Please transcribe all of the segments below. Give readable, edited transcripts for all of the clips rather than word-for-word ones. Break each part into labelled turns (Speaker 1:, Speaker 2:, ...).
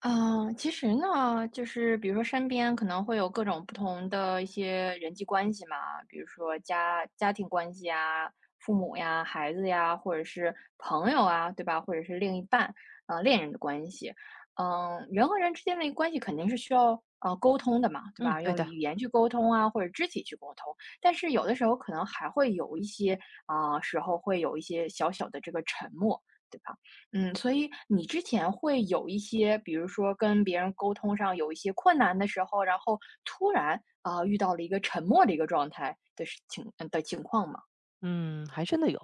Speaker 1: 其实呢，就是比如说身边可能会有各种不同的一些人际关系嘛，比如说家庭关系啊、父母呀、孩子呀，或者是朋友啊，对吧？或者是另一半啊、恋人的关系。嗯，人和人之间的一个关系肯定是需要沟通的嘛，对
Speaker 2: 嗯，
Speaker 1: 吧？
Speaker 2: 对
Speaker 1: 用语
Speaker 2: 的。
Speaker 1: 言去沟通啊，或者肢体去沟通。但是有的时候可能还会有一些时候会有一些小小的这个沉默，对吧？嗯，所以你之前会有一些，比如说跟别人沟通上有一些困难的时候，然后突然遇到了一个沉默的一个状态的事情呃的情况吗？
Speaker 2: 嗯，还真的有。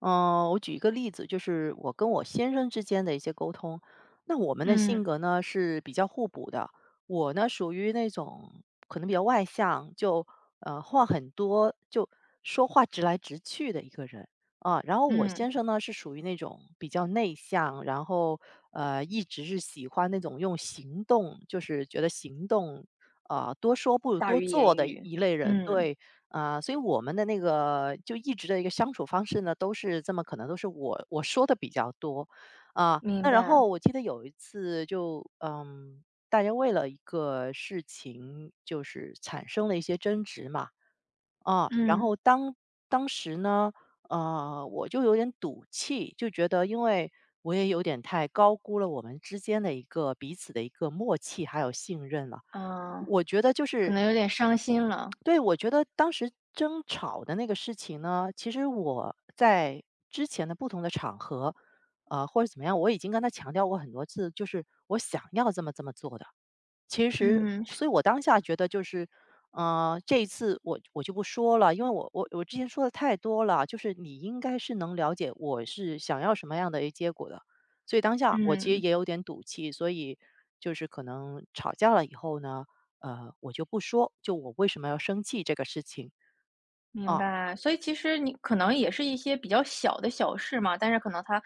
Speaker 2: 我举一个例子，就是我跟我先生之间的一些沟通。那我们的
Speaker 1: 嗯
Speaker 2: 性格呢是比较互补的。我呢属于那种可能比较外向，就话很多，就说话直来直去的一个人啊。然后我
Speaker 1: 嗯，
Speaker 2: 先生呢是属于那种比较内向，然后一直是喜欢那种用行动，就是觉得行动多说不如
Speaker 1: 大
Speaker 2: 多
Speaker 1: 于
Speaker 2: 做
Speaker 1: 言
Speaker 2: 的
Speaker 1: 语，
Speaker 2: 一类人。
Speaker 1: 嗯
Speaker 2: 对，啊，所以我们的那个就一直的一个相处方式呢，都是这么可能都是我说的比较多。啊，
Speaker 1: 明
Speaker 2: 那然
Speaker 1: 白。
Speaker 2: 后我记得有一次，就嗯，大家为了一个事情就是产生了一些争执嘛。啊，然
Speaker 1: 嗯
Speaker 2: 后当时呢，呃，我就有点赌气，就觉得因为我也有点太高估了我们之间的一个彼此的一个默契还有信任了。
Speaker 1: 嗯、啊
Speaker 2: 我觉得就
Speaker 1: 可
Speaker 2: 是，
Speaker 1: 能有点伤心了。
Speaker 2: 对，我觉得当时争吵的那个事情呢，其实我在之前的不同的场合，呃，或者怎么样，我已经跟他强调过很多次，就是我想要这么这么做的。其实，
Speaker 1: 嗯是
Speaker 2: 所以我当下觉得就是，呃，这一次我就不说了，因为我之前说的太多了，就是你应该是能了解我是想要什么样的一结果的。所以当下我其实
Speaker 1: 嗯，
Speaker 2: 也有点赌气，所以就是可能吵架了以后呢，呃，我就不说，就我为什么要生气这个事情
Speaker 1: 明
Speaker 2: 啊。
Speaker 1: 白，所以其实你可能也是一些比较小的小事嘛，但是可能他，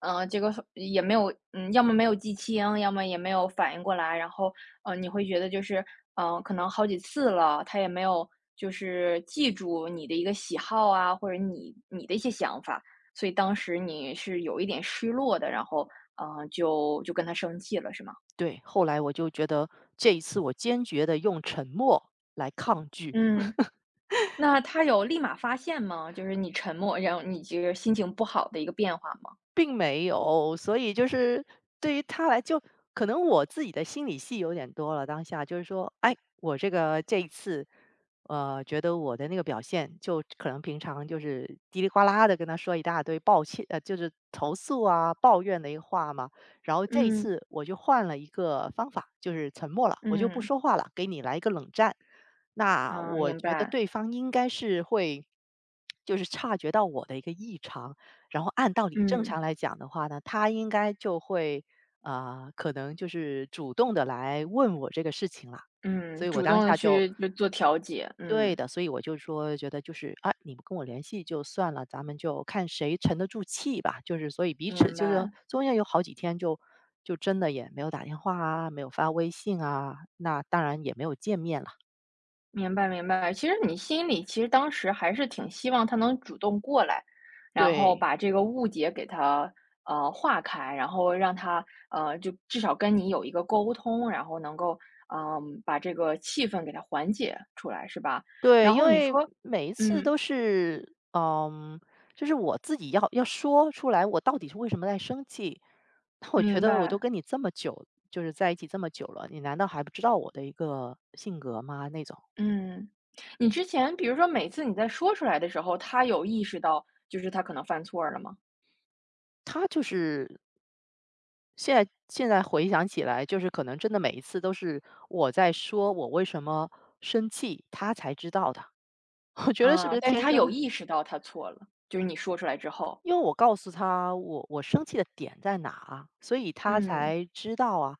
Speaker 1: 这个也没有，嗯，要么没有记清，要么也没有反应过来，然后，你会觉得就是，可能好几次了，他也没有就是记住你的一个喜好啊，或者你的一些想法，所以当时你是有一点失落的，然后，就跟他生气了，是吗？
Speaker 2: 对，后来我就觉得这一次我坚决的用沉默来抗拒。
Speaker 1: 嗯，那他有立马发现吗？就是你沉默，然后你这个心情不好的一个变化吗？
Speaker 2: 并没有，所以就是对于他来，就可能我自己的心理戏有点多了。当下就是说，哎，我这个这一次，呃，觉得我的那个表现，就可能平常就是叽里呱啦的跟他说一大堆抱歉，呃，就是投诉啊、抱怨的一个话嘛。然后这一
Speaker 1: 嗯。
Speaker 2: 次我就换了一个方法，就是沉默了，我就不
Speaker 1: 嗯，
Speaker 2: 说话了，给你来一个冷战。那
Speaker 1: 啊，
Speaker 2: 我
Speaker 1: 明
Speaker 2: 觉得
Speaker 1: 白，
Speaker 2: 对方应该是会，就是察觉到我的一个异常。然后按道理正常
Speaker 1: 嗯，
Speaker 2: 来讲的话呢，他应该就会，啊，可能就是主动的来问我这个事情了。所
Speaker 1: 嗯，
Speaker 2: 以我
Speaker 1: 主
Speaker 2: 当
Speaker 1: 动的
Speaker 2: 下就，
Speaker 1: 去就做调解，
Speaker 2: 对
Speaker 1: 嗯，
Speaker 2: 的，所以我就说觉得就是，啊，你不跟我联系就算了，咱们就看谁沉得住气吧。就是所以彼此
Speaker 1: 明
Speaker 2: 就是
Speaker 1: 白，
Speaker 2: 中间有好几天就就真的也没有打电话啊，没有发微信啊，那当然也没有见面了。
Speaker 1: 明白，明白。其实你心里其实当时还是挺希望他能主动过来，然后
Speaker 2: 对。
Speaker 1: 把这个误解给他，化开，然后让他，就至少跟你有一个沟通，然后能够，嗯，把这个气氛给他缓解出来，是吧？
Speaker 2: 对，
Speaker 1: 然
Speaker 2: 因
Speaker 1: 后你
Speaker 2: 为
Speaker 1: 说
Speaker 2: 每一次
Speaker 1: 嗯，
Speaker 2: 都是，嗯，就是我自己要说出来，我到底是为什么在生气。那我觉
Speaker 1: 明
Speaker 2: 得我都
Speaker 1: 白。
Speaker 2: 跟你这么久，就是在一起这么久了，你难道还不知道我的一个性格吗？那种，
Speaker 1: 嗯，你之前比如说每次你在说出来的时候，他有意识到就是他可能犯错了吗？
Speaker 2: 他就是现在回想起来，就是可能真的每一次都是我在说我为什么生气，他才知道的。我觉得是不
Speaker 1: 啊，
Speaker 2: 是
Speaker 1: 但是
Speaker 2: 天
Speaker 1: 他
Speaker 2: 生
Speaker 1: 有
Speaker 2: 的？
Speaker 1: 意识到他错了，就是你说出来之后。
Speaker 2: 因为我告诉他我生气的点在哪啊，所以他
Speaker 1: 嗯，
Speaker 2: 才知道啊。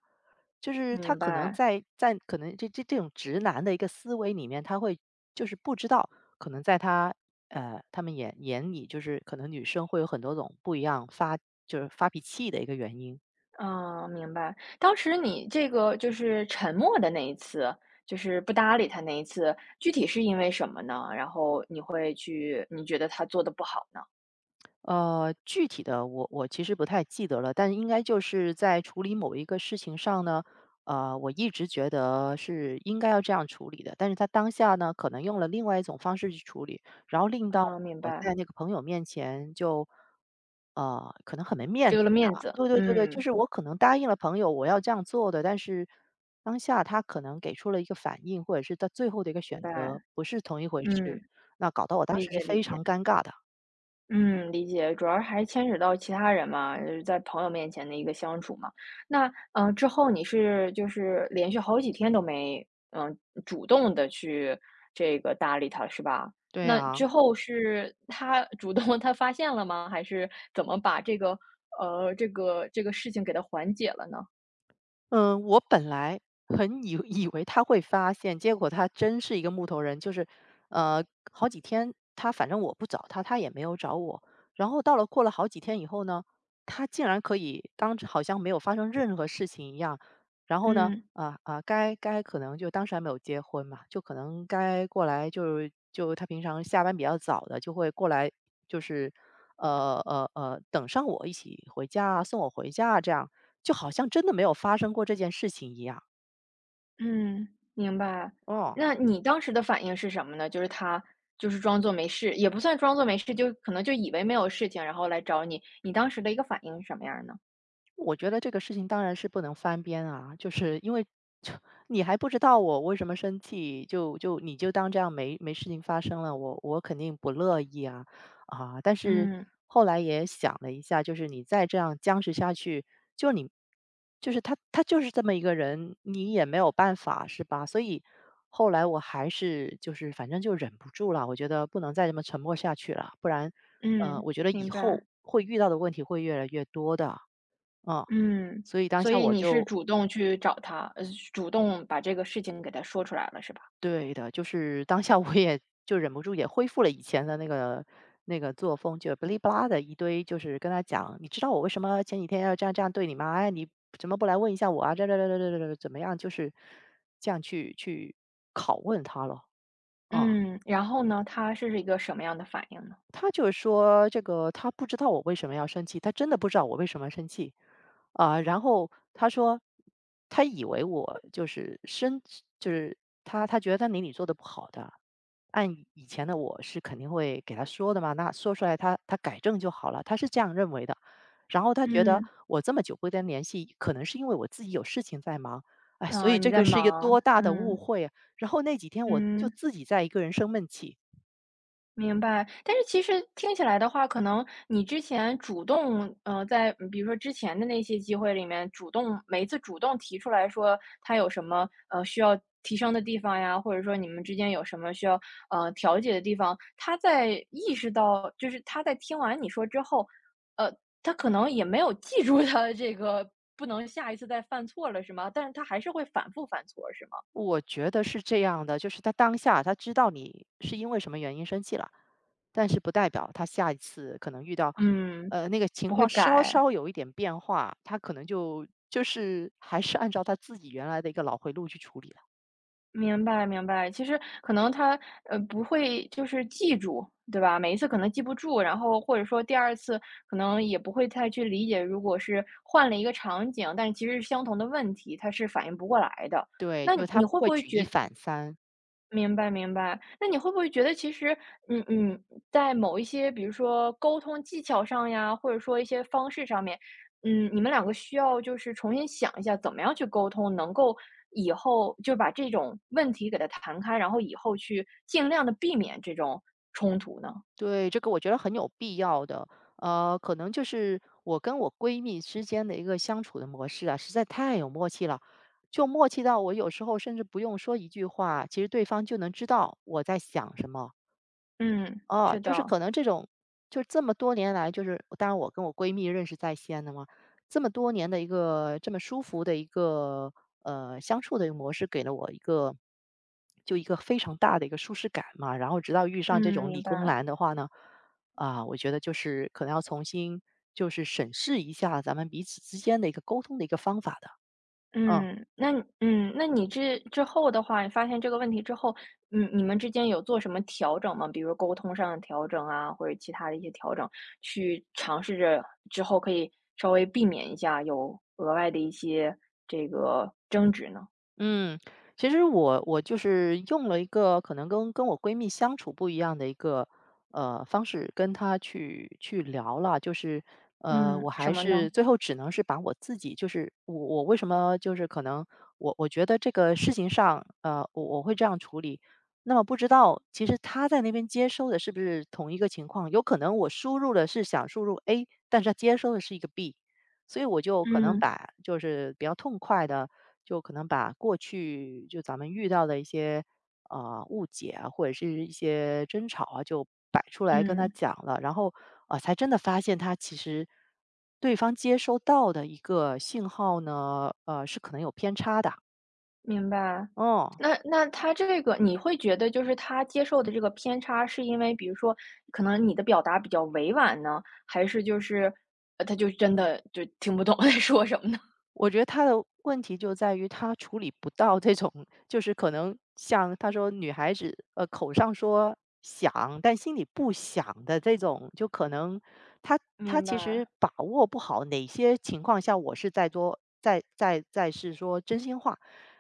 Speaker 2: 就是他
Speaker 1: 明
Speaker 2: 可能
Speaker 1: 白，
Speaker 2: 在可能这种直男的一个思维里面，他会就是不知道，可能在他他们眼里，就是可能女生会有很多种不一样发，就是发脾气的一个原因。
Speaker 1: 啊，明白。当时你这个就是沉默的那一次，就是不搭理他那一次，具体是因为什么呢？然后你会去，你觉得他做的不好呢？
Speaker 2: 呃，具体的我我其实不太记得了，但应该就是在处理某一个事情上呢，呃，我一直觉得是应该要这样处理的，但是他当下呢，可能用了另外一种方式去处理，然后令到
Speaker 1: 啊，明
Speaker 2: 我在
Speaker 1: 白，
Speaker 2: 那个朋友面前就，呃，可能很没面子
Speaker 1: 丢了面
Speaker 2: 啊。
Speaker 1: 子。
Speaker 2: 对对对对，就
Speaker 1: 嗯，
Speaker 2: 是我可能答应了朋友我要这样做的，但是当下他可能给出了一个反应，或者是他最后的一个
Speaker 1: 明
Speaker 2: 选
Speaker 1: 白，
Speaker 2: 择不是同一回
Speaker 1: 嗯，
Speaker 2: 事，那搞得我当
Speaker 1: 理
Speaker 2: 时是
Speaker 1: 解理
Speaker 2: 非
Speaker 1: 解。
Speaker 2: 常尴尬的。
Speaker 1: 嗯，理解，主要还牵扯到其他人嘛，就是在朋友面前的一个相处嘛。那，之后你是就是连续好几天都没，嗯，主动的去这个搭理他，是吧？
Speaker 2: 对
Speaker 1: 那
Speaker 2: 啊。
Speaker 1: 之后是他主动他发现了吗？还是怎么把这个，这个事情给他缓解了呢？
Speaker 2: 嗯，我本来很以为他会发现，结果他真是一个木头人，就是，呃，好几天他反正我不找他，他也没有找我。然后到了过了好几天以后呢，他竟然可以当好像没有发生任何事情一样。然后呢，
Speaker 1: 嗯。
Speaker 2: 啊，该可能就当时还没有结婚嘛，就可能该过来就是就他平常下班比较早的，就会过来就是，呃，等上我一起回家啊，送我回家啊这样。就好像真的没有发生过这件事情一样，
Speaker 1: 嗯，明白。
Speaker 2: 哦。
Speaker 1: 那你当时的反应是什么呢？就是他就是装作没事，也不算装作没事，就可能就以为没有事情，然后来找你。你当时的一个反应是什么样儿呢？
Speaker 2: 我觉得这个事情当然是不能翻篇啊，就是因为就你还不知道我为什么生气，就你就当这样没事情发生了，我肯定不乐意啊啊！但是
Speaker 1: 嗯
Speaker 2: 后来也想了一下，就是你再这样僵持下去，就你就是他就是这么一个人，你也没有办法是吧？所以后来我还是就是反正就忍不住了，我觉得不能再这么沉默下去了，不然呃，
Speaker 1: 嗯，
Speaker 2: 我觉得以
Speaker 1: 明
Speaker 2: 后
Speaker 1: 白。
Speaker 2: 会遇到的问题会越来越多的。嗯，
Speaker 1: 嗯，
Speaker 2: 所以当
Speaker 1: 所
Speaker 2: 下
Speaker 1: 以
Speaker 2: 我
Speaker 1: 你是
Speaker 2: 就，
Speaker 1: 主动去找他，主动把这个事情给他说出来了，是吧？
Speaker 2: 对的，就是当下我也就忍不住也恢复了以前的那个那个作风，就不哩不啦的一堆，就是跟他讲，你知道我为什么前几天要这样这样对你吗？哎，你怎么不来问一下我啊？这怎么样？就是这样去拷问他了。啊、
Speaker 1: 嗯，然后呢，他是一个什么样的反应呢？
Speaker 2: 他就说这个他不知道我为什么要生气，他真的不知道我为什么生气，啊，然后他说他以为我就是生，就是他觉得他哪里做的不好的，按以前的我是肯定会给他说的嘛，那说出来他改正就好了，他是这样认为的，然后他觉得
Speaker 1: 嗯，
Speaker 2: 我这么久不跟他联系，可能是因为我自己有事情在忙，哎，所
Speaker 1: 啊，
Speaker 2: 以
Speaker 1: 你
Speaker 2: 这
Speaker 1: 在
Speaker 2: 个是一个
Speaker 1: 忙，
Speaker 2: 多大的误
Speaker 1: 嗯
Speaker 2: 会啊！然后那几天我就
Speaker 1: 嗯。
Speaker 2: 自己在一个人生闷气。
Speaker 1: 明白，但是其实听起来的话，可能你之前主动，在比如说之前的那些机会里面，主动每一次主动提出来说他有什么需要提升的地方呀，或者说你们之间有什么需要调解的地方，他在意识到，就是他在听完你说之后，呃，他可能也没有记住他的这个不能下一次再犯错了，是吗？但是他还是会反复犯错，是吗？
Speaker 2: 我觉得是这样的，就是他当下他知道你是因为什么原因生气了，但是不代表他下一次可能遇到，
Speaker 1: 嗯，
Speaker 2: 呃，那个情
Speaker 1: 不会
Speaker 2: 况稍
Speaker 1: 改。
Speaker 2: 稍有一点变化，他可能就是还是按照他自己原来的一个脑回路去处理了。
Speaker 1: 明白明白，其实可能他，不会就是记住，对吧？每一次可能记不住，然后或者说第二次可能也不会太去理解，如果是换了一个场景，但其实是相同的问题，他是反应不过来的。
Speaker 2: 对，
Speaker 1: 那
Speaker 2: 因为他
Speaker 1: 你
Speaker 2: 不
Speaker 1: 会
Speaker 2: 会
Speaker 1: 不会
Speaker 2: 举一
Speaker 1: 觉
Speaker 2: 反三。
Speaker 1: 明白明白，那你会不会觉得其实，嗯嗯，在某一些比如说沟通技巧上呀，或者说一些方式上面，嗯，你们两个需要就是重新想一下，怎么样去沟通，能够以后就把这种问题给它谈开，然后以后去尽量的避免这种冲突呢？
Speaker 2: 对，这个我觉得很有必要的。呃，可能就是我跟我闺蜜之间的一个相处的模式啊，实在太有默契了，就默契到我有时候甚至不用说一句话，其实对方就能知道我在想什么。
Speaker 1: 嗯，
Speaker 2: 哦，
Speaker 1: 是
Speaker 2: 就是可
Speaker 1: 的，
Speaker 2: 能这种，就这么多年来，就是当然我跟我闺蜜认识在先的嘛，这么多年的一个这么舒服的一个呃相处的一个模式，给了我一个就一个非常大的一个舒适感嘛。然后直到遇上这
Speaker 1: 嗯，
Speaker 2: 种理
Speaker 1: 明
Speaker 2: 工
Speaker 1: 白。
Speaker 2: 男的话呢，啊，我觉得就是可能要重新就是审视一下咱们彼此之间的一个沟通的一个方法的，嗯。
Speaker 1: 嗯，那你嗯，那你之后的话，你发现这个问题之后，嗯，你们之间有做什么调整吗？比如沟通上的调整啊，或者其他的一些调整，去尝试着之后可以稍微避免一下有额外的一些这个争执呢？
Speaker 2: 嗯，其实我就是用了一个可能跟我闺蜜相处不一样的一个呃方式跟她去聊了，就是呃，
Speaker 1: 嗯，
Speaker 2: 我还
Speaker 1: 什么
Speaker 2: 是
Speaker 1: 呢？
Speaker 2: 最后只能是把我自己，就是我为什么就是可能我觉得这个事情上，呃，我会这样处理。那么不知道其实她在那边接收的是不是同一个情况？有可能我输入的是想输入 A,但是她接收的是一个 B。所以我就可能
Speaker 1: 嗯
Speaker 2: 把就是比较痛快的，就可能把过去就咱们遇到的一些呃误解啊，或者是一些争吵啊，就摆出来跟他
Speaker 1: 嗯。
Speaker 2: 讲了，然后才真的发现他其实对方接收到的一个信号呢，呃是可能有偏差的，
Speaker 1: 明白，
Speaker 2: 嗯。
Speaker 1: 那那他这个你会觉得就是他接受的这个偏差，是因为比如说可能你的表达比较委婉呢，还是就是，他就真的就听不懂在说什么呢？
Speaker 2: 我觉得他的问题就在于他处理不到这种，就是可能像他说女孩子，呃，口上说想，但心里不想的这种，就可能他他
Speaker 1: 明
Speaker 2: 其实
Speaker 1: 白，
Speaker 2: 把握不好哪些情况下我是在做在是说真心话，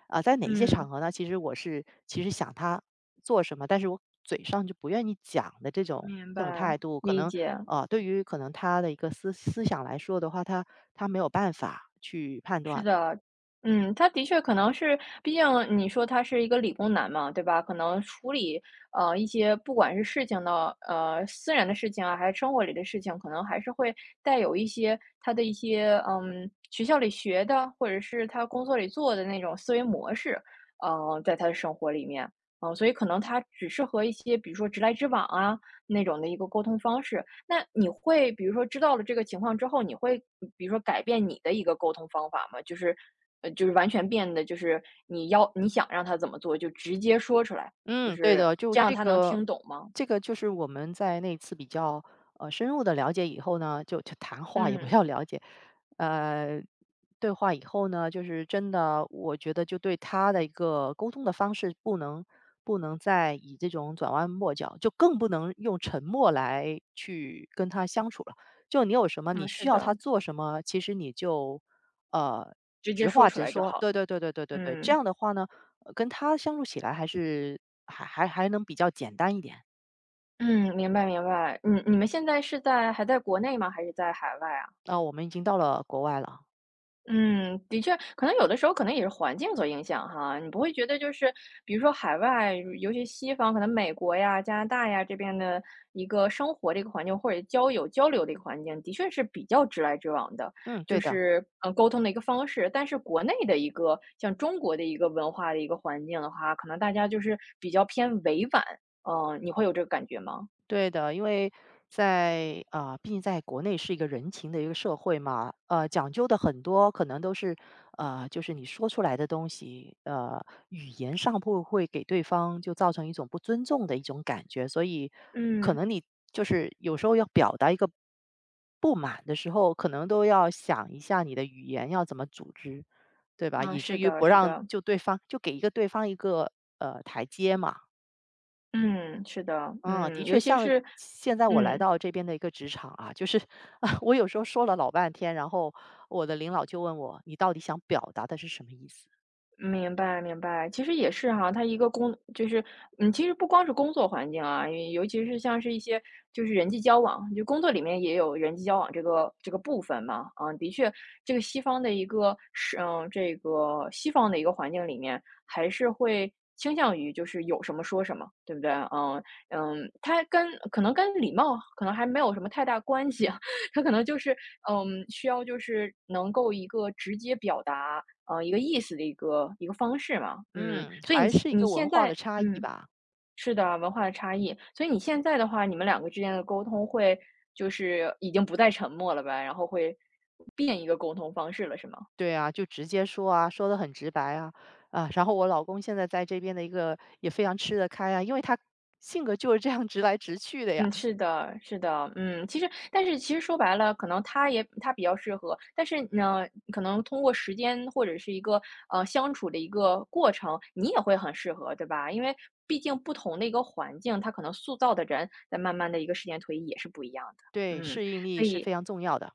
Speaker 2: 在哪一些场
Speaker 1: 嗯，
Speaker 2: 合呢？其实我是其实想他做什么，但是我以上就不愿意讲的这种
Speaker 1: 明
Speaker 2: 这种
Speaker 1: 白，
Speaker 2: 态度，可
Speaker 1: 理
Speaker 2: 能
Speaker 1: 解。
Speaker 2: 呃，对于可能他的一个思想来说的话，他没有办法去判
Speaker 1: 是
Speaker 2: 断。
Speaker 1: 的，嗯，他的确可能是，毕竟你说他是一个理工男嘛，对吧？可能处理一些不管是事情的私人的事情啊，还是生活里的事情，可能还是会带有一些他的一些嗯学校里学的，或者是他工作里做的那种思维模式，在他的生活里面，嗯、所以可能他只适合一些比如说直来直往啊那种的一个沟通方式，那你会比如说知道了这个情况之后，你会比如说改变你的一个沟通方法吗？就是，就是完全变得就是你要你想让他怎么做就直接说出来，就
Speaker 2: 嗯，对
Speaker 1: 是
Speaker 2: 的，就
Speaker 1: 这样
Speaker 2: 这
Speaker 1: 他能
Speaker 2: 个，
Speaker 1: 听懂吗？
Speaker 2: 这个就是我们在那次比较呃深入的了解以后呢，就谈话也不
Speaker 1: 嗯，
Speaker 2: 要了解，呃，对话以后呢，就是真的，我觉得就对他的一个沟通的方式，不能再以这种转弯抹角，就更不能用沉默来去跟他相处了。就你有什么，你
Speaker 1: 嗯，是
Speaker 2: 需要他
Speaker 1: 的。
Speaker 2: 做什么，其实你就呃
Speaker 1: 直接
Speaker 2: 直
Speaker 1: 说
Speaker 2: 话
Speaker 1: 出
Speaker 2: 直
Speaker 1: 来就
Speaker 2: 说，
Speaker 1: 好
Speaker 2: 对
Speaker 1: 了。
Speaker 2: 对对对对对对，这
Speaker 1: 嗯，
Speaker 2: 样的话呢。呃跟他相处起来还是还能比较简单一点。
Speaker 1: 嗯，明白明白。嗯，你们现在是在还在国内吗？还是在海外啊？
Speaker 2: 那我们已经到了国外了，
Speaker 1: 嗯，的确，可能有的时候可能也是环境所影响哈，你不会觉得就是比如说海外，尤其西方，可能美国呀、加拿大呀这边的一个生活的一个环境，或者交友交流的一个环境，的确是比较直来直往的，
Speaker 2: 嗯，
Speaker 1: 就
Speaker 2: 对的。
Speaker 1: 是沟通的一个方式。但是国内的一个像中国的一个文化的一个环境的话，可能大家就是比较偏委婉，嗯、你会有这个感觉吗？
Speaker 2: 对的，因为在啊，呃毕竟在国内是一个人情的一个社会嘛，呃，讲究的很多可能都是呃，就是你说出来的东西，呃，语言上会不会给对方就造成一种不尊重的一种感觉，所以可
Speaker 1: 嗯，
Speaker 2: 能你就是有时候要表达一个不满的时候，可能都要想一下你的语言要怎么组织，对吧？
Speaker 1: 啊，
Speaker 2: 以至
Speaker 1: 是
Speaker 2: 于
Speaker 1: 的，
Speaker 2: 不
Speaker 1: 是
Speaker 2: 让
Speaker 1: 的，
Speaker 2: 就对方就给一个对方一个呃台阶嘛。
Speaker 1: 嗯，是的，
Speaker 2: 嗯，的
Speaker 1: 嗯，尤
Speaker 2: 确，
Speaker 1: 其
Speaker 2: 像
Speaker 1: 是，
Speaker 2: 现在我来
Speaker 1: 嗯。
Speaker 2: 到这边的一个职场啊，就是 啊我有时候说了老半天，然后我的领导就问我，你到底想表达的是什么意思？
Speaker 1: 明白明白，其实也是哈，它一个工就是，嗯，其实不光是工作环境啊，尤其是像是一些就是人际交往，就工作里面也有人际交往这个部分嘛，啊，的确，这个西方的一个是，嗯，这个西方的一个环境里面，还是会倾向于就是有什么说什么，对不对？嗯嗯，它跟可能跟礼貌可能还没有什么太大关系啊，它可能就是嗯，需要就是能够一个直接表达。一个意思的一个方式嘛。嗯，
Speaker 2: 嗯，
Speaker 1: 所以你
Speaker 2: 还是一
Speaker 1: 你
Speaker 2: 个文
Speaker 1: 现
Speaker 2: 化
Speaker 1: 在
Speaker 2: 的差异
Speaker 1: 嗯，
Speaker 2: 吧。
Speaker 1: 是的，文化的差异。所以你现在的话，你们两个之间的沟通会就是已经不再沉默了呗，然后会变一个沟通方式了，是吗？
Speaker 2: 对啊，就直接说啊，说的很直白啊啊。然后我老公现在在这边的一个也非常吃得开啊，因为他性格就是这样直来直去的呀。
Speaker 1: 嗯，是的，是的，嗯，其实但是其实说白了，可能他也他比较适合，但是呢，可能通过时间或者是一个相处的一个过程，你也会很适合，对吧？因为毕竟不同的一个环境，他可能塑造的人在慢慢的一个时间推移也是不一样的。
Speaker 2: 对，
Speaker 1: 嗯，
Speaker 2: 适应力是
Speaker 1: 以，
Speaker 2: 非常重要的。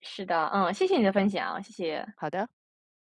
Speaker 1: 是的，嗯，谢谢你的分享，谢谢。
Speaker 2: 好的。